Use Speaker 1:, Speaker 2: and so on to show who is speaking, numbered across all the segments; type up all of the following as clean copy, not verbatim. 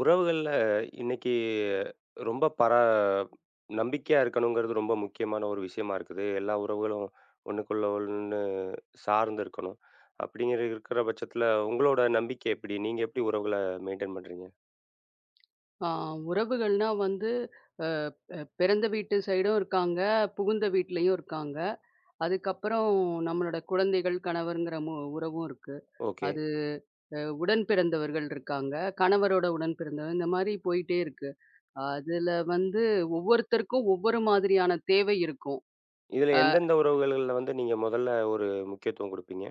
Speaker 1: உறவுகள்ல இன்னைக்கு ரொம்ப நம்பிக்கையா இருக்கணுங்கிறது ரொம்ப முக்கியமான ஒரு விஷயமா இருக்குது. எல்லா உறவுகளும் ஒண்ணுக்குள்ள ஒண்ணு சார்ந்து இருக்கணும். அப்படிங்கிற இருக்கிற பட்சத்துல உங்களோட நம்பிக்கை எப்படி? நீங்க எப்படி உறவுகள மெயின்டெயின் பண்றீங்க?
Speaker 2: ஆ உறவுகள்னா வந்து பிறந்த வீட்டு சைடும் இருக்காங்க, புகுந்த வீட்லயும் இருக்காங்க. அதுக்கப்புறம் நம்மளோட குழந்தைகள், கணவர்ங்கிற உறவும் இருக்கு.
Speaker 1: ஓகே.
Speaker 2: அது உடன் பிறந்தவர்கள் இருக்காங்க. கணவரோட உடன் பிறந்தவர் இந்த மாரி போயிட்டே இருக்கு. அதுல வந்து ஒவ்வொருத்தருக்கும் ஒவ்வொரு மாதிரியான தேவை இருக்கும்.
Speaker 1: இதுல எந்தெந்த உறவுகள்ல வந்து நீங்க முதல்ல ஒரு முக்கியத்துவம் குடுப்பீங்க?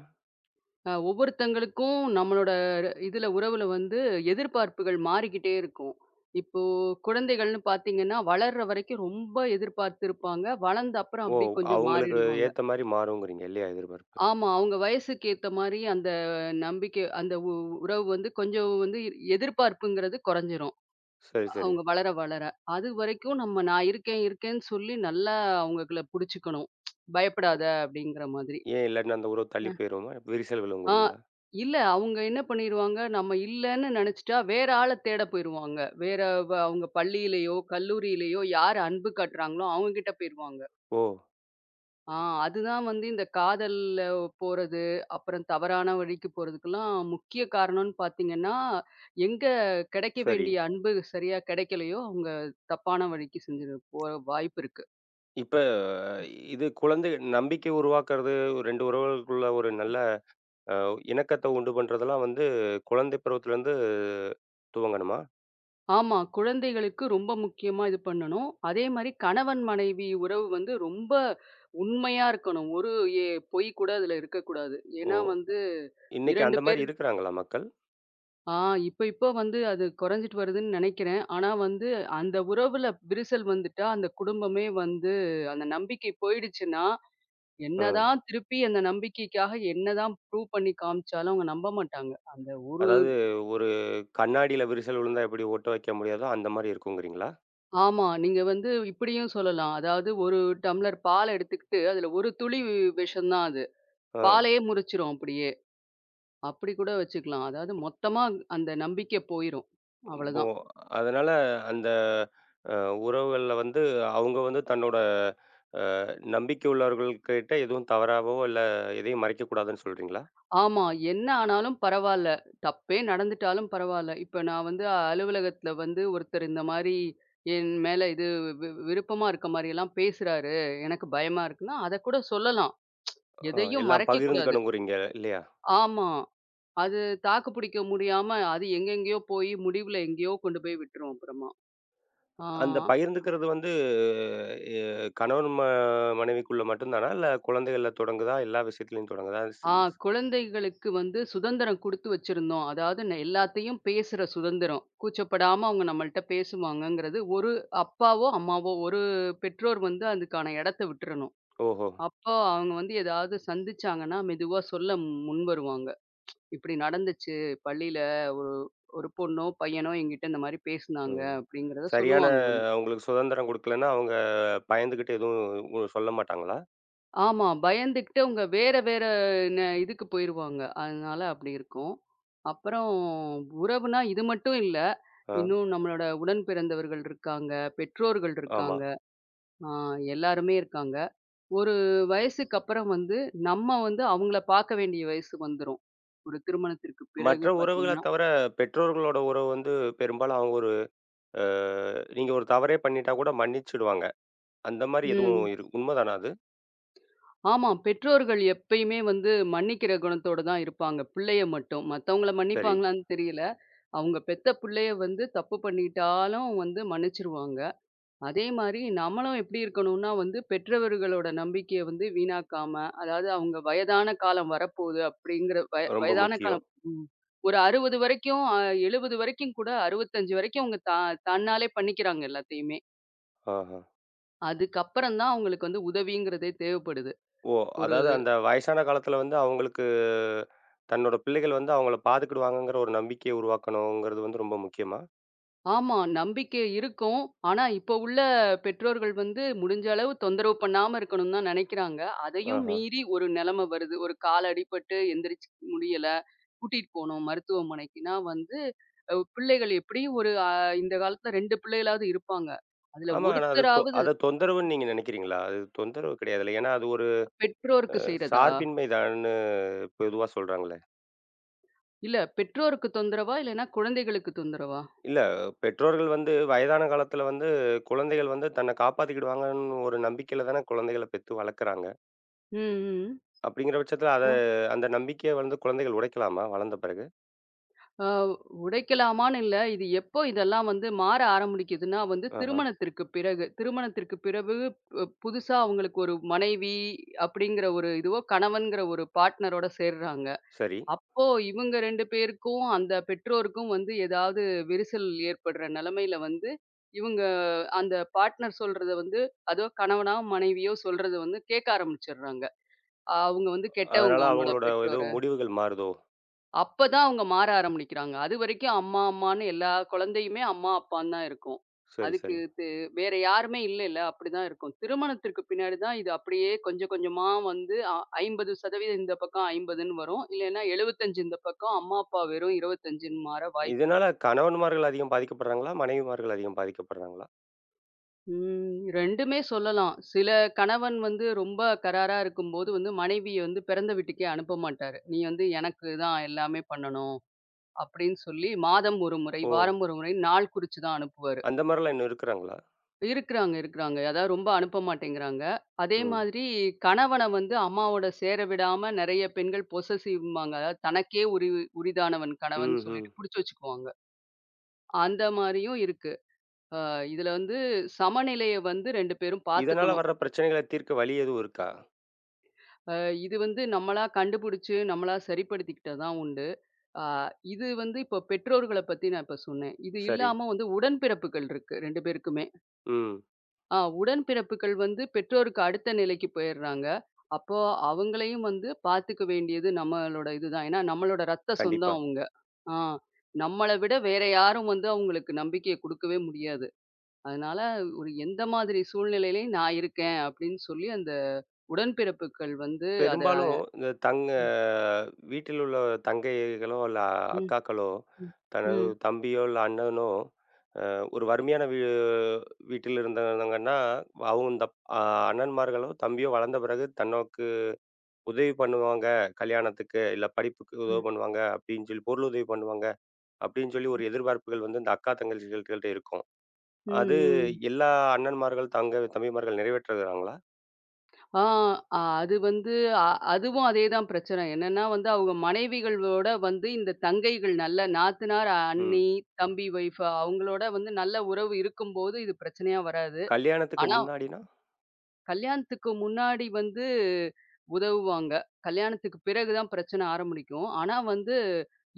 Speaker 2: ஒவ்வொருத்தங்களுக்கும் நம்மளோட இதுல உறவுல வந்து எதிர்பார்ப்புகள் மாறிக்கிட்டே இருக்கும். இப்போ குழந்தைகள்னு பார்த்தீங்கன்னா, வளர்ற வரைக்கும் ரொம்ப எதிர்பார்த்திருப்பாங்க. வளர்ந்த அப்புறம்
Speaker 1: ஓ!
Speaker 2: அப்படி கொஞ்சம்
Speaker 1: அவங்களுக்கு
Speaker 2: மாறிடுவாங்க.
Speaker 1: ஏத்த மாரி மாறுங்கிறீங்க இல்லையா எதிர்பார்ப்பு?
Speaker 2: ஆமா. அவங்க வயசுக்கு ஏத்த மாரி அந்த நம்பிக்கை அந்த உறவு வந்து கொஞ்சம் வந்து எதிர்பார்ப்புங்கிறது குறைஞ்சிரும்.
Speaker 1: சரி, சரி.
Speaker 2: அவங்க வளர வளர. அதுவரைக்கும் நம்ம நான் இருக்கேன் இருக்கேன்னு சொல்லி நல்லா அவங்களுக்குள்ள புடிச்சுக்கணும். பயப்படாத அப்படிங்கிற மாதிரி.
Speaker 1: ஏன் இல்லாட்டினா அந்த உறவு தள்ளி போயிருமா? விரிசல்
Speaker 2: ஆ,
Speaker 1: விழுங்குங்கிறீங்களா?
Speaker 2: இல்ல. அவங்க என்ன பண்ணிருவாங்க, நம்ம இல்லன்னு நெனச்சுட்டா, வேற ஆள தேட போயிருவாங்க. வேற அவங்க பள்ளியிலயோ, கல்லூரியிலயோ யார் அன்பு காட்டுறாங்களோ, அவங்ககிட்ட போயிருவாங்க.
Speaker 1: ஓ!
Speaker 2: ஆ அதுதான் வந்து இந்த காதல்ல போறது, அப்புறம் தவறான வழிக்கு போறதுக்கெல்லாம் முக்கிய காரணம்னு பார்த்தீங்கன்னா, எங்க கெடைக்க
Speaker 1: சரி.
Speaker 2: வேண்டிய அன்பு சரியா கெடைக்கலையோ, அவங்க தப்பான வழிக்கு செஞ்சு போ வாய்ப்பு இருக்கு.
Speaker 1: இப்ப இது குழந்தை நம்பிக்கை உருவாக்குறது 2 உறவுகளுக்குள்ள ஒரு நல்ல அ இணக்கத்த உண்டு பண்றதெல்லாம் வந்து குழந்தை பருவத்திலேருந்து துவங்கணுமா?
Speaker 2: ஆமா. குழந்தைகளுக்கு ரொம்ப முக்கியமா இது பண்ணணும். அதே மாரி கணவன், மனைவி உறவு வந்து ரொம்ப உண்மையா இருக்கணும். ஒரு எ பொய் கூட அதுல இருக்கக்கூடாது.
Speaker 1: ஓ!
Speaker 2: ஏன்னா வந்து
Speaker 1: இன்னைக்கு அந்த
Speaker 2: 2
Speaker 1: மாரி
Speaker 2: பேர்
Speaker 1: இருக்கிறாங்களா மக்கள்?
Speaker 2: ஆ இப்ப இப்ப வந்து அது குறைஞ்சிட்டு வருதுன்னு நெனைக்கிறேன். ஆனா வந்து அந்த உறவுல விரிசல் வந்துட்டா, அந்த குடும்பமே வந்து அந்த நம்பிக்கை போயிடுச்சுன்னா,
Speaker 1: அ
Speaker 2: என்னதான் திருப்பி அந்த நம்பிக்கைக்காக என்னதான் ப்ரூவ் பண்ணி காமிச்சாலும் அவங்க நம்ப மாட்டாங்க. அந்த ஒரு
Speaker 1: அதாவது ஒரு கண்ணாடியில விரிசல் விழுந்தா எப்படி ஒட்ட வைக்க முடியாதோ, அந்த மாரி இருக்குங்கிறீங்களா?
Speaker 2: ஆமா. நீங்க வந்து இப்படியும் சொல்லலாம். அதாவது ஒரு டம்ளர் பால் எடுத்துக்கிட்டு, அதுல ஒரு துளி விஷம் தான் அது.
Speaker 1: ஆ.
Speaker 2: பாலையே முறிச்சுரும் அப்படியே. அப்படி கூட வச்சுக்கலாம். அதாவது மொத்தமா அந்த நம்பிக்கை போயிரும்.
Speaker 1: இப்போ
Speaker 2: அவ்வளதான்.
Speaker 1: அதனால அந்த அ உறவுகள்ல வந்து அவங்க வந்து தன்னோட நம்பிக்கை உள்ளவர்கள்கிட்ட எதுவும் தவறாவோ, இல்ல எதையும் மறைக்கக்கூடாதுன்னு சொல்றீங்களா?
Speaker 2: ஆமா. என்ன ஆனாலும் பரவால்ல. தப்பே நடந்துட்டாலும் பரவால்ல. இப்ப நான் வந்து அலுவலகத்துல வந்து ஒருத்தர் இந்த மாரி என் மேல இது விருப்பமா இருக்க மாரியெல்லாம் பேசுறாரு. எனக்கு பயமா இருக்குன்னா, அத கூட சொல்லலாம்.
Speaker 1: அ
Speaker 2: எதையும்
Speaker 1: எல்லாம்
Speaker 2: மறைக்கக்கூடாது.
Speaker 1: பகிர்ந்துக்கணுங்கிறீங்க இல்லையா?
Speaker 2: ஆமா. அது தாக்கு பிடிக்க முடியாம, அது எங்கெங்கேயோ போய் முடிவுல எங்கேயோ கொண்டு போய் விட்டுரும் அப்புறமா. ஆ,
Speaker 1: அந்த பகிர்ந்துக்கிறது வந்து எ கணவன் மனைவிக்குள்ள மட்டும் தானா? இல்ல குழந்தைகள்ல தொடங்குதா? எல்லா விஷயத்துலயும் தொடங்குதா?
Speaker 2: ஆ குழந்தைகளுக்கு வந்து சுதந்திரம் குடுத்து வச்சிருந்தோம். அதாவது எல்லாத்தையும் பேசுற சுதந்திரம். கூச்சப்படாம அவங்க நம்மள்ட்ட பேசுவாங்கங்கிறது ஒரு அப்பாவோ, அம்மாவோ ஒரு பெற்றோர் வந்து அதுக்கான இடத்த விட்டுறணும்.
Speaker 1: ஓஹோ!
Speaker 2: அப்போ அவங்க வந்து ஏதாவது சந்திச்சாங்கன்னா, மெதுவா சொல்ல முன் வருவாங்க. இப்படி நடந்துச்சு பள்ளியில ஒரு ஒரு பொண்ணோ, பையனோ என்கிட்ட இந்த மாரி பேசுனாங்க
Speaker 1: ம்.
Speaker 2: அப்படிங்கிறத
Speaker 1: சரியான
Speaker 2: சொல்லுவாங்க.
Speaker 1: அவங்களுக்கு சுதந்திரம் குடுக்கலன்னா, அவங்க பயந்துகிட்டு எதுவும் சொல்ல மாட்டாங்களா?
Speaker 2: ஆமா. பயந்துகிட்டு அவங்க வேற வேற இதுக்கு போயிருவாங்க. அதனால அப்படி இருக்கும். அப்புறம் உறவுனா இது மட்டும் இல்ல.
Speaker 1: ஆ,
Speaker 2: இன்னும் நம்மளோட உடன் பிறந்தவர்கள் இருக்காங்க, பெற்றோர்கள்
Speaker 1: ஆமா.
Speaker 2: இருக்காங்க, ஆ எல்லாருமே இருக்காங்க. ஒரு வயசுக்கு அப்புறம் வந்து நம்ம வந்து அவங்கள பார்க்க வேண்டிய வயசு வந்துரும். ஒரு திருமணத்திற்கு
Speaker 1: மற்ற
Speaker 2: பிறகு
Speaker 1: உறவுகள
Speaker 2: பார்த்தீங்கன்னா.
Speaker 1: தவிர பெற்றோர்களோட உறவு வந்து பெரும்பாலும் அவங்க ஒரு அ நீங்க ஒரு தவறே பண்ணிட்டா கூட மன்னிச்சுடுவாங்க. அந்த மாரி எதுவும்
Speaker 2: ம்.
Speaker 1: உண்ம தானா அது?
Speaker 2: ஆமா. பெற்றோர்கள் எப்பயுமே வந்து மன்னிக்கிற குணத்தோட தான் இருப்பாங்க. பிள்ளைய மட்டும். மத்தவங்கள
Speaker 1: சரி.
Speaker 2: மன்னிப்பாங்களான்னு தெரியல. அவங்க பெத்த பிள்ளைய வந்து தப்பு பண்ணிட்டாலும் வந்து மன்னிச்சிருவாங்க. அதே மாரி நம்மளும் எப்படி இருக்கணும்னா வந்து பெற்றவர்களோட நம்பிக்கைய வந்து வீணாக்காம, அதாவது அவங்க வயதான காலம் வரப்போகுது அப்படிங்கிற
Speaker 1: ரொம்ப
Speaker 2: வயதான
Speaker 1: முக்கியம்.
Speaker 2: காலம் ம். ஒரு 60 வரைக்கும் 70 வரைக்கும் கூட 65 வரைக்கும் அவங்க தன்னாலே பண்ணிக்கிறாங்க எல்லாத்தையுமே.
Speaker 1: ஆஹ.
Speaker 2: அதுக்கப்புறம் தான் அவங்களுக்கு வந்து உதவிங்கிறதே தேவைப்படுது.
Speaker 1: ஓ!
Speaker 2: ஒரு
Speaker 1: அதாவது அந்த வயசான காலத்தில வந்து அவங்களுக்கு தன்னோட பிள்ளைகள் வந்து அவங்கள பாத்துக்கிடுவாங்கங்கிற ஒரு நம்பிக்கைய உருவாக்கணுங்கிறது வந்து ரொம்ப முக்கியமா?
Speaker 2: ஆமா. நம்பிக்கை இருக்கும். ஆனா, இப்போ உள்ள பெற்றோர்கள் வந்து முடிஞ்ச அளவு தொந்தரவு பண்ணாம இருக்கணும்னு தான் நெனைக்கிறாங்க. அதையும்
Speaker 1: ஆஹா.
Speaker 2: மீறி ஒரு நெலைம வருது. ஒரு கால் அடிபட்டு எந்திரிச்சு முடியல, கூட்டிட்டு போணும் மருத்துவமனைக்குன்னா வந்து, பிள்ளைகள் எப்படியும் ஒரு இந்த காலத்துல 2 பிள்ளைகளாவது இருப்பாங்க. அதுல
Speaker 1: ஆமா. ஆனா அது தொ
Speaker 2: ஒருத்தராவது
Speaker 1: அத தொந்தரவுன்னு நீங்க நினைக்கிறீங்களா? அது தொந்தரவு கிடையாதுல்ல. ஏன்னா அது ஒரு
Speaker 2: பெற்றோருக்கு செய்றதா?
Speaker 1: சார்பின்மை தான்னு பொதுவா சொல்றாங்களே.
Speaker 2: இல்ல பெற்றோருக்கு தொந்தரவா? இல்லன்னா குழந்தைகளுக்கு தொந்தரவா?
Speaker 1: இல்ல பெற்றோர்கள் வந்து வயதான காலத்தில வந்து குழந்தைகள் வந்து தன்னை காப்பாத்திக்கிடுவாங்கன்னு ஒரு நம்பிக்கையில தானே குழந்தைகள பெத்து வளர்க்குறாங்க.
Speaker 2: ம்,
Speaker 1: அப்படிங்கிற பட்சத்தில அத
Speaker 2: ம்.
Speaker 1: அந்த நம்பிக்கைய வந்து குழந்தைகள் உடைக்கலாமா? வளர்ந்த பிறகு?
Speaker 2: அ உடைக்கலாமான்னு இல்ல. இது எப்போ இதெல்லாம் வந்து மாற ஆரம்பிக்குதுன்னா வந்து
Speaker 1: ஆஹா.
Speaker 2: திருமணத்திற்கு பிறகு. திருமணத்திற்கு பிறகு புதுசா அவங்களுக்கு ஒரு மனைவி அப்படிங்கிற ஒரு இதுவோ, கணவன்கிற ஒரு பார்ட்னரோட சேர்றாங்க.
Speaker 1: சரி.
Speaker 2: அப்போ இவங்க 2 பேருக்கும் அந்த பெற்றோருக்கும் வந்து ஏதாவது விரிசல் ஏற்படுற நிலைமையில வந்து, இவங்க அந்த பார்ட்னர் சொல்றத வந்து அதோ கணவனோ, மனைவியோ சொல்றத வந்து கேட்க ஆரம்பிச்சுடுறாங்க. அவங்க வந்து
Speaker 1: அதனால
Speaker 2: கெட்டவங்க உன்னோட
Speaker 1: அவங்களோட ஏதோ
Speaker 2: பெற்றோர்.
Speaker 1: முடிவுகள் மாறுதோ?
Speaker 2: அப்பதான் அவங்க மாற ஆரம்பிக்கிறாங்க. அதுவரைக்கும் அம்மா, அம்மான்னு எல்லா குழந்தையுமே அம்மா, அப்பான்னு தான் இருக்கும்.
Speaker 1: சரி,
Speaker 2: அதுக்கு
Speaker 1: சரி.
Speaker 2: வேற யாருமே இல்லைல்ல. அப்படிதான் இருக்கும். திருமணத்திற்கு பின்னாடி தான் இது அப்படியே கொஞ்சம் கொஞ்சமா வந்து 50% இந்த பக்கம் 50ன்னு வரும். இல்லைன்னா 75 இந்த பக்கம், அம்மா, அப்பா வெறும் 25ன்னு மாற வாய்ப்பு இருக்கு.
Speaker 1: இதனால கணவன்மார்கள் அதிகம் பாதிக்கப்படுறாங்களா? மனைவிமார்கள் அதிகம் பாதிக்கப்படுறாங்களா?
Speaker 2: ம். 2மே சொல்லலாம். சில கணவன் வந்து ரொம்ப கராரா இருக்கும்போது வந்து மனைவிய வந்து பிறந்த வீட்டுக்கே அனுப்ப மாட்டாரு. நீ வந்து எனக்கு தான் எல்லாமே பண்ணணும். அப்படின்னு சொல்லி மாதம் ஒரு முறை,
Speaker 1: ஓ!
Speaker 2: வாரம் ஒரு முறை, நாள் குறிச்சு தான் அனுப்புவாரு.
Speaker 1: அந்த மாரிலாம் இன்னும் இருக்கிறாங்களா?
Speaker 2: இருக்குறாங்க, இருக்குறாங்க. அதாவது ரொம்ப அனுப்ப மாட்டேங்கிறாங்க. அதே
Speaker 1: ம்.
Speaker 2: மாதிரி கணவன வந்து அம்மாவோட சேர விடாம நெறைய பெண்கள் பொசசிவ்ம்பாங்க. அதாவது தனக்கே உரிதானவன் கணவன்
Speaker 1: ம்ஹ்ம்.
Speaker 2: சொல்லிட்டு புடிச்சு வச்சுக்குவாங்க. அந்த மாரியும் இருக்கு. அ இதுல வந்து சமநிலைய வந்து 2 பேரும்
Speaker 1: இதனால
Speaker 2: பாத்துக்கணும்.
Speaker 1: வர்ற பிரச்சனைகள தீர்க்க வழி எதுவும் இருக்கா?
Speaker 2: அ இது வந்து நம்மளா கண்டுபிடிச்சு, நம்மளா சரிப்படுத்திக்கிட்டா தான் உண்டு. அ இது வந்து இப்போ பெற்றோர்கள பத்தி நான் இப்ப சொன்னேன். இது
Speaker 1: சரி.
Speaker 2: இல்லாம வந்து உடன்பிறப்புகள் இருக்கு 2 பேருக்குமே.
Speaker 1: ம்.
Speaker 2: ஆ உடன்பிறப்புகள் வந்து பெற்றோருக்கு அடுத்த நிலைக்கு போயிடுறாங்க. அப்போ அவங்களையும் வந்து பார்த்துக்க வேண்டியது நம்மளோட இதுதான். ஏன்னா நம்மளோட ரத்த
Speaker 1: கண்டிப்பா.
Speaker 2: சொந்தம் அவங்க. ஆ நம்மள விட வேற யாரும் வந்து அவங்களுக்கு நம்பிக்கைய குடுக்கவே முடியாது. அதனால ஒரு எந்த மாதிரி சூழ்நிலையிலயும் நான் இருக்கேன் அப்படின்னு சொல்லி அந்த உடன்பிறப்புகள் வந்து அத
Speaker 1: பெரும்பாலும் இந்த
Speaker 2: ம்,
Speaker 1: வீட்டில் உள்ள தங்கைகளோ, இல்ல
Speaker 2: ம்,
Speaker 1: அக்காக்களோ,
Speaker 2: ம்,
Speaker 1: தனது
Speaker 2: ம்,
Speaker 1: தம்பியோ, இல்ல அண்ணனோ ஒரு வறுமையான வீட்டில் இருந்தவங்கன்னா, அவங்க இந்த அ அண்ணன்மார்களோ, தம்பியோ வளர்ந்த பிறகு தனக்கு உதவி பண்ணுவாங்க. கல்யாணத்துக்கு, இல்ல படிப்புக்கு உதவி
Speaker 2: ம்,
Speaker 1: பண்ணுவாங்க அப்படின்னு சொல்லி, பொருளுதவி பண்ணுவாங்க அப்படின்னு சொல்லி ஒரு எதிர்பார்ப்புகள் வந்து இந்த அக்கா, தங்கச்சிகள்ட்ட இருக்கும்.
Speaker 2: ம்,
Speaker 1: அது
Speaker 2: ம்.
Speaker 1: எல்லா அண்ணன்மார்கள், தம்பிமார்கள் நிறைவேற்றுகிறாங்களா?
Speaker 2: ஆ, அது வந்து அ அதுவும் அதே தான் பிரச்சனை. என்னன்னா வந்து அவங்க மனைவிகளோட வந்து இந்த தங்கைகள் நல்ல நாத்தனார்,
Speaker 1: ம்.
Speaker 2: அண்ணி, தம்பி ஒய்ஃப் அவங்களோட வந்து நல்ல உறவு இருக்கும்போது இது பிரச்சனையா வராது.
Speaker 1: கல்யாணத்துக்கு
Speaker 2: ஆனா
Speaker 1: முன்னாடினா?
Speaker 2: கல்யாணத்துக்கு முன்னாடி வந்து உதவுவாங்க. கல்யாணத்துக்கு பிறகு தான் பிரச்சனை ஆரம்பிக்கும். ஆனா வந்து,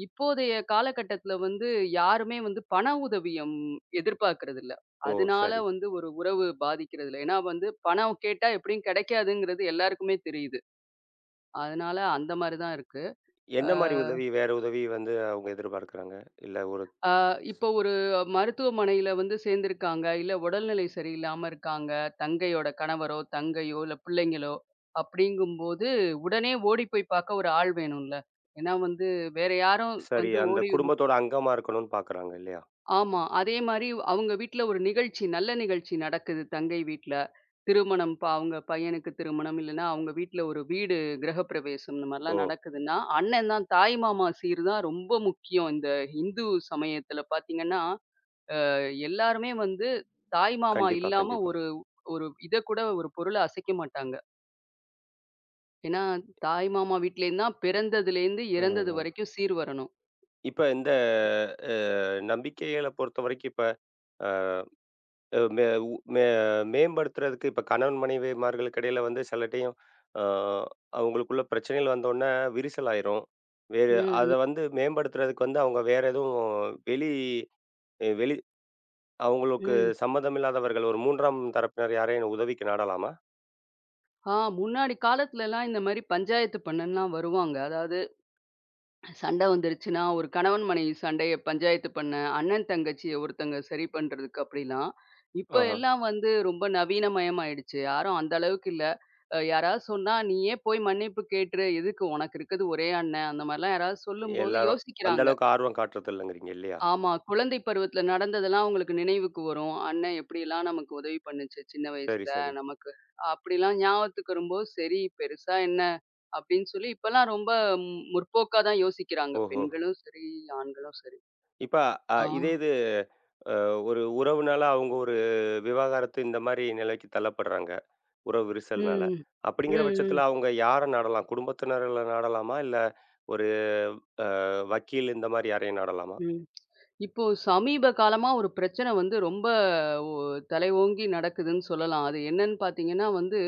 Speaker 2: இப்போதைய காலகட்டத்தில வந்து யாருமே வந்து பண உதவியம் எதிர்பார்க்கிறதில்ல.
Speaker 1: ஓ!
Speaker 2: அதனால
Speaker 1: சரி.
Speaker 2: வந்து ஒரு உறவு பாதிக்கிறதில்ல. ஏன்னா வந்து பணம் கேட்டா எப்படியும் கிடைக்காதுங்கிறது எல்லாருக்குமே தெரியுது. அதனால அந்த மாரி தான் இருக்கு. ஆ.
Speaker 1: என்ன மாரி உதவி, வேற உதவி வந்து அவங்க எதிர்பார்க்குறாங்க? இல்ல ஒரு
Speaker 2: ஆ,
Speaker 1: ஸ்-
Speaker 2: இப்போ ஒரு மருத்துவமனையில வந்து சேர்ந்திருக்காங்க. இல்ல உடல்நிலை சரியில்லாம இருக்காங்க. தங்கையோட கணவரோ, தங்கையோ, இல்ல பிள்ளைங்களோ அப்படிங்கும்போது, உடனே ஓடி போய் பார்க்க ஒரு ஆள் வேணும்ல. ஏன்னா வந்து வேற யாரும்
Speaker 1: சரி,
Speaker 2: வந்து
Speaker 1: அந்த
Speaker 2: ஓடி வந்து
Speaker 1: குடும்பத்தோட அங்கமா இருக்கணும்னு பார்க்குறாங்க இல்லையா?
Speaker 2: ஆமா. அதே மாரி அவங்க வீட்ல ஒரு நிகழ்ச்சி, நல்ல நிகழ்ச்சி நடக்குது தங்கை வீட்ல. திருமணம் இப்ப அவங்க பையனுக்கு திருமணம், இல்லன்னா அவங்க வீட்ல ஒரு வீடு கிரகப்பிரவேசம் இந்த
Speaker 1: ஓ!
Speaker 2: மாரிலாம் நடக்குதுன்னா, அண்ணன் தான் தாய் மாமா சீர் தான் ரொம்ப முக்கியம். இந்த இந்து சமயத்துல பார்த்தீங்கன்னா, எல்லாருமே வந்து தாய் மாமா
Speaker 1: கண்டிப்பா,
Speaker 2: இல்லாம
Speaker 1: கண்டிப்பா.
Speaker 2: ஒரு ஒரு இத கூட ஒரு பொருள அசைக்க மாட்டாங்க. ஏன்னா, தாய் மாமா வீட்லேருந்து தான் பிறந்ததுலேருந்து
Speaker 1: ம்,
Speaker 2: இறந்தது
Speaker 1: ம்.
Speaker 2: வரைக்கும் சீர் வரணும்.
Speaker 1: இப்ப இந்த அ நம்பிக்கைகள பொறுத்தவரைக்கும் இப்ப அ அ மே உ மே மேம்படுத்துறதுக்கு இப்ப கணவன் மனைவிமார்களுக்கு இடையில வந்து சில டைம் அ அவங்களுக்குள்ள பிரச்சனைகள் வந்தோனே விரிசல் ஆயிரும். வேறு
Speaker 2: ம்,
Speaker 1: அத
Speaker 2: ம்,
Speaker 1: வந்து மேம்படுத்துறதுக்கு வந்து அவங்க வேற எதுவும் வெளி அவங்களுக்கு
Speaker 2: ம்.
Speaker 1: சம்மந்தம் இல்லாதவர்கள் ஒரு 3ஆம் தரப்பினர் யாரையும் உதவிக்கு நாடலாமா?
Speaker 2: ஆ முன்னாடி காலத்துலலாம் இந்த மாரி பஞ்சாயத்து பண்ணன்லாம் வருவாங்க. அதாவது சண்டை வந்துருச்சுன்னா, ஒரு கணவன் மனைவி சண்டைய பஞ்சாயத்து பண்ண, அண்ணன் தங்கச்சிய ஒருத்தங்க சரி பண்றதுக்கு அப்படிலாம், இப்ப
Speaker 1: ஆஹ.
Speaker 2: எல்லாம் வந்து ரொம்ப நவீனமயமாயிடுச்சு. யாரும் அந்த அளவுக்கு இல்ல. யாராவது சொன்னா, "நீயே போய் மன்னிப்பு கேட்டுரு. எதுக்கு உனக்கு இருக்கிறது ஒரே அண்ணன்." அந்த மாரிலாம் யாராவது சொல்லும்போது
Speaker 1: எல்லாரும் அந்த
Speaker 2: யோசிக்கிறாங்க.
Speaker 1: அளவுக்கு ஆர்வம் காட்டுறது இல்லங்கிறீங்க இல்லையா?
Speaker 2: ஆமா. குழந்தை பருவத்துல நடந்ததெல்லாம் அவங்களுக்கு நினைவுக்கு வரும். அண்ணன் எப்படிலாம் நமக்கு உதவி பண்ணுச்சு சின்ன
Speaker 1: சரி,
Speaker 2: வயசுல
Speaker 1: சரி.
Speaker 2: நமக்கு. அப்படிலாம் ஞாபகத்துக்கு வரும்போது, சரி பெருசா என்ன அப்படின்னு சொல்லி இப்பலாம் ரொம்ப முற்போக்கா தான் யோசிக்கிறாங்க.
Speaker 1: ஓஹோ!
Speaker 2: பெண்களும் சரி, ஆண்களும் சரி.
Speaker 1: இப்ப அ
Speaker 2: ஆ.
Speaker 1: இதே இது ஒரு உறவுனால அவங்க ஒரு விவாகரத்து இந்த மாரி நிலைக்கு தள்ளப்படுறாங்க. உறவு விரிசல்னால.
Speaker 2: ம். ம்,
Speaker 1: அப்படிங்கிற
Speaker 2: ம்,
Speaker 1: பட்சத்தில அவங்க யார நாடலாம்? குடும்பத்தினர்கள நாடலாமா? இல்ல ஒரு வக்கீல் இந்த மாரி யாரையும் நாடலாமா?
Speaker 2: ம். இப்போ சமீப காலமா ஒரு பிரச்சனை வந்து ரொம்ப ஒ தலை ஓங்கி நடக்குதுன்னு சொல்லலாம். அது என்னன்னு பார்த்தீங்கன்னா வந்து,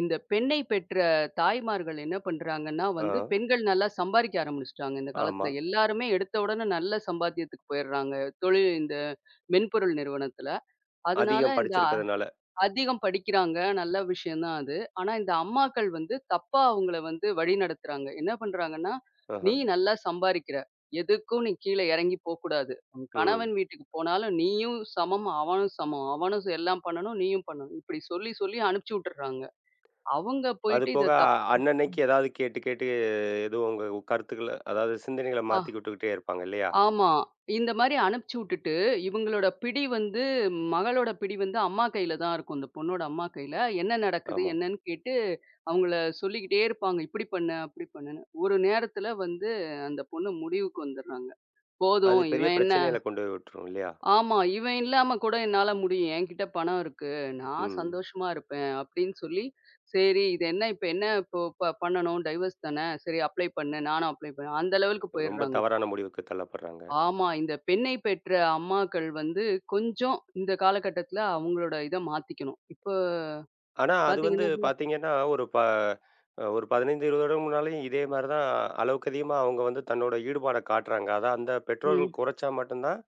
Speaker 2: இந்த பெண்ணை பெற்ற தாய்மார்கள் என்ன பண்றாங்கன்னா
Speaker 1: ஆ.
Speaker 2: வந்து, பெண்கள் நல்லா சம்பாதிக்க ஆரம்பிச்சுட்டாங்க இந்த
Speaker 1: ஆமா.
Speaker 2: காலத்துல. எல்லாருமே எடுத்த உடனே நல்ல சம்பாத்தியத்துக்கு போயிடுறாங்க. தொழில் இந்த மென்பொருள் நிறுவனத்துல. அதனால
Speaker 1: அதிகம்
Speaker 2: இந்த
Speaker 1: படிச்சிருக்கிறதுனால.
Speaker 2: அதிகம் படிக்கிறாங்க. நல்ல விஷயம் தான் அது. ஆனா இந்த அம்மாக்கள் வந்து தப்பா அவங்கள வந்து வழிநடத்துறாங்க. என்ன பண்றாங்கன்னா,
Speaker 1: ஆஹ.
Speaker 2: "நீ நல்லா சம்பாரிக்கிற. எதுக்கும் நீ கீழ இறங்கி போக்கூடாது. உன்
Speaker 1: ம்.
Speaker 2: கணவன் வீட்டுக்கு போனாலும் நீயும் சமம், அவனும் சமம். அவனும் எல்லாம் பண்ணணும், நீயும் பண்ணணும்." இப்படி சொல்லி சொல்லி அனுப்பிச்சு விட்டுர்றாங்க. அவங்க
Speaker 1: அது
Speaker 2: போயிட்டு
Speaker 1: போக
Speaker 2: இத தப்பா
Speaker 1: அன்னன்னைக்கு ஏதாவது கேட்டு கேட்டு எதுவும் உங்க கருத்துக்கள அதாவது சிந்தனைகள மாத்தி விட்டுக்கிட்டே இருப்பாங்க இல்லையா?
Speaker 2: ஆமா. இந்த மாரி அனுப்பிச்சு விட்டுட்டு, இவங்களோட பிடி வந்து மகளோட பிடி வந்து அம்மா கையில தான் இருக்கும். இந்த பொண்ணோட அம்மா கையில. என்ன நடக்குது?
Speaker 1: ஆமா.
Speaker 2: என்னன்னு கேட்டு, அவங்கள சொல்லிக்கிட்டே இருப்பாங்க. இப்படி பண்ணு, அப்படி பண்ணுன்னு. ஒரு நேரத்துல வந்து அந்த பொண்ணு முடிவுக்கு வந்துர்றாங்க.
Speaker 1: அது
Speaker 2: போதும்
Speaker 1: பெரிய
Speaker 2: இவன் என்ன
Speaker 1: பிரச்சனையில கொண்டு போய் விட்டுரும் இல்லையா?
Speaker 2: ஆமா. இவன் இல்லாம கூட என்னால முடியும். என்கிட்ட பணம் இருக்கு. நான்
Speaker 1: ம்.
Speaker 2: சந்தோஷமா இருப்பேன். அப்படின்னு சொல்லி, சரி இது என்ன இப்ப என்ன இப்போ பண்ணணும்? டைவர்ஸ் தானே. சரி அப்ளை பண்ணு. நானும் அப்ளை பண்ணேன். அந்த லெவலுக்கு
Speaker 1: ரொம்ப
Speaker 2: போயிர்றாங்க.
Speaker 1: தவறான முடிவுக்கு தள்ளப்படுறாங்க.
Speaker 2: ஆமா. இந்த பெண்ணை பெற்ற அம்மாக்கள் வந்து கொஞ்சம் இந்த காலகட்டத்தில அவங்களோட இத மாத்திக்கணும். இப்போ
Speaker 1: ஆனா, அது வந்து
Speaker 2: பார்த்தீங்கன்னா
Speaker 1: பாத்தீங்கன்னா, ஒரு ப அ ஒரு 15, 20 வருடம் முன்னாலயும் இதே மாரி தான் அளவுக்கு அதிகமா அவங்க வந்து தன்னோட ஈடுபாட காட்டுறாங்க. அதான் அந்த
Speaker 2: ம்,
Speaker 1: பெற்றோர்கள் குறைச்சா மட்டும்தான்,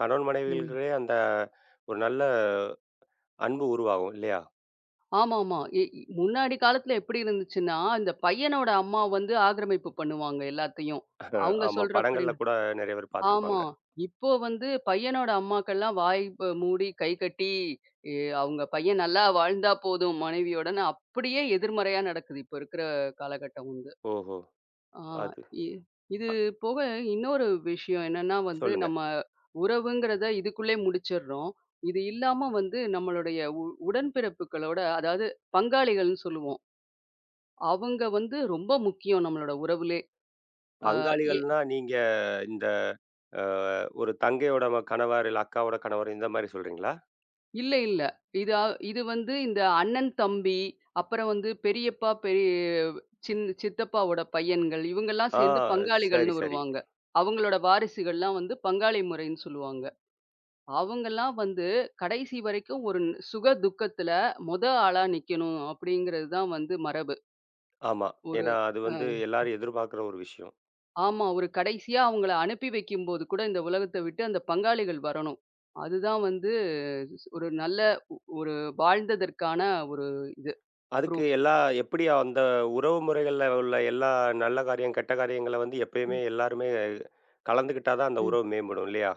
Speaker 1: கணவன்
Speaker 2: ம்.
Speaker 1: மனைவிகளுக்கிடையே அந்த ஒரு நல்ல அன்பு உருவாகும் இல்லையா?
Speaker 2: ஆமாமா. முன்னாடி காலத்தில எப்படி இருந்துச்சுன்னா, இந்த பையனோட அம்மா வந்து ஆக்கிரமிப்பு பண்ணுவாங்க எல்லாத்தையும். அவங்க
Speaker 1: ஆமா. படங்கள்ல
Speaker 2: சொல்றபடின்னு
Speaker 1: கூட நெறைய பேர்
Speaker 2: ஆமா.
Speaker 1: பாத்துருப்பாங்க.
Speaker 2: இப்போ வந்து பையனோட அம்மாக்கள்லாம் வாய் மூடி கை கட்டி எ அவங்க பையன் நல்லா வாழ்ந்தா போதும் மனைவியோடன்னு அப்படியே எதிர்மறையா நடக்குது. இப்போ இருக்கிற காலகட்டம்.
Speaker 1: ஓஹோ!
Speaker 2: ஆ
Speaker 1: அது
Speaker 2: இ இது போக இன்னொரு விஷயம் என்னன்னா வந்து,
Speaker 1: சொல்லுங்க.
Speaker 2: நம்ம உறவுங்கிறத இதுக்குள்ளே முடிச்சிடுறோம். இது இல்லாம வந்து நம்மளுடைய உடன்பிறப்புகளோட அதாவது பங்காளிகள்னு சொல்லுவோம். அவங்க வந்து ரொம்ப முக்கியம் நம்மளோட உறவுலே. அ எ
Speaker 1: பங்காளிகள்னா நீங்க இந்த அ ஒரு தங்கையோட கணவர், இல்ல அக்காவோட கணவர் இந்த மாரி சொல்றீங்களா?
Speaker 2: இல்ல இல்ல. இது இது வந்து இந்த அண்ணன், தம்பி, அப்புறம் வந்து பெரியப்பா, பெரிய சித்தப்பாவோட பையன்கள் இவங்கலாம்
Speaker 1: ஆ.
Speaker 2: சேர்ந்து
Speaker 1: சரி,
Speaker 2: பங்காளிகள்னு
Speaker 1: சரி.
Speaker 2: வருவாங்க. அவங்களோட வாரிசுகள்லாம் வந்து பங்காளி முறைன்னு சொல்லுவாங்க. அவங்கலாம் வந்து கடைசி வரைக்கும் ஒரு ந் சுக துக்கத்துல ஆளா நிக்கணும் அப்படிங்கிறது தான் வந்து மரபு.
Speaker 1: ஆமா.
Speaker 2: ஒரு
Speaker 1: ஏன்னா, அது
Speaker 2: அ
Speaker 1: வந்து எல்லாரும் எதிர்பார்க்குற ஒரு விஷயம்.
Speaker 2: ஆமா. ஒரு கடைசியா அவங்கள அனுப்பி வைக்கும்போது கூட இந்த உலகத்த விட்டு அந்த பங்காளிகள் வரணும். அதுதான் வந்து ஒரு நல்ல ஒரு வாழ்ந்ததற்கான ஒரு இது
Speaker 1: அதுக்கு
Speaker 2: ப்ரூஃப்.
Speaker 1: எல்லா எப்படி அந்த உறவு முறைகள்ல உள்ள எல்லா நல்ல காரியம், கெட்ட காரியங்கள வந்து எப்பயுமே
Speaker 2: ம்.
Speaker 1: எல்லாருமே கலந்துக்கிட்டா தான் அந்த
Speaker 2: ம்.
Speaker 1: உறவு மேம்படும் இல்லையா?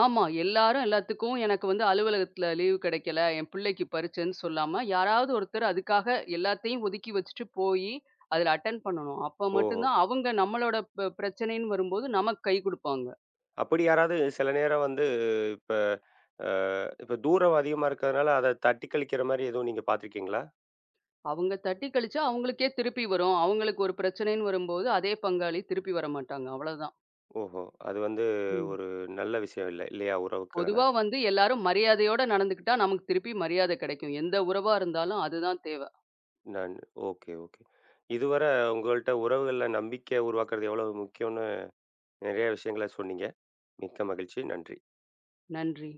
Speaker 2: ஆமா. எல்லாரும் எல்லாத்துக்கும் எனக்கு வந்து அலுவலகத்துல லீவு கிடைக்கல, என் பிள்ளைக்கு பரீட்சைன்னு சொல்லாம, யாராவது ஒருத்தர் அதுக்காக எல்லாத்தையும் ஒதுக்கி வச்சுட்டு போயி, அதுல அட்டெண்ட் பண்ணணும். அப்ப மட்டும்
Speaker 1: ஓஹோ!
Speaker 2: தான் அவங்க நம்மளோட பிரச்சனைன்னு வரும்போது நமக்கு கை குடுப்பாங்க.
Speaker 1: அப்படி யாராவது சில நேரம் வந்து இப்ப அ இப்ப தூரம் அதிகமா இருக்கிறதுனால அத தட்டி கழிக்கிற மாரி எதுவும் நீங்க பார்த்துருக்கீங்களா?
Speaker 2: அவங்க தட்டி கழிச்சா அவங்களுக்கே திருப்பி வரும். அவங்களுக்கு ஒரு பிரச்சனைன்னு வரும்போது, அதே பங்காளி திருப்பி வரமாட்டாங்க. அவ்வளதான்.
Speaker 1: ஓஹோ! அது வந்து
Speaker 2: ம்.
Speaker 1: ஒரு நல்ல விஷயம் இல்ல இல்லையா? உறவுக்கான.
Speaker 2: பொதுவா வந்து எல்லாரும் மரியாதையோட நடந்துக்கிட்டா, நமக்கு திருப்பி மரியாதை கிடைக்கும். எந்த உறவா இருந்தாலும் அதுதான் தேவை.
Speaker 1: நான் ஓகே, ஓகே. இதுவரை உங்கள்ட்ட உறவுகள்ல நம்பிக்கை உருவாக்குறது எவ்வளவு முக்கியம்னு நெறைய விஷயங்கள சொன்னீங்க. மிக்க மகிழ்ச்சி. நன்றி.
Speaker 2: நன்றி.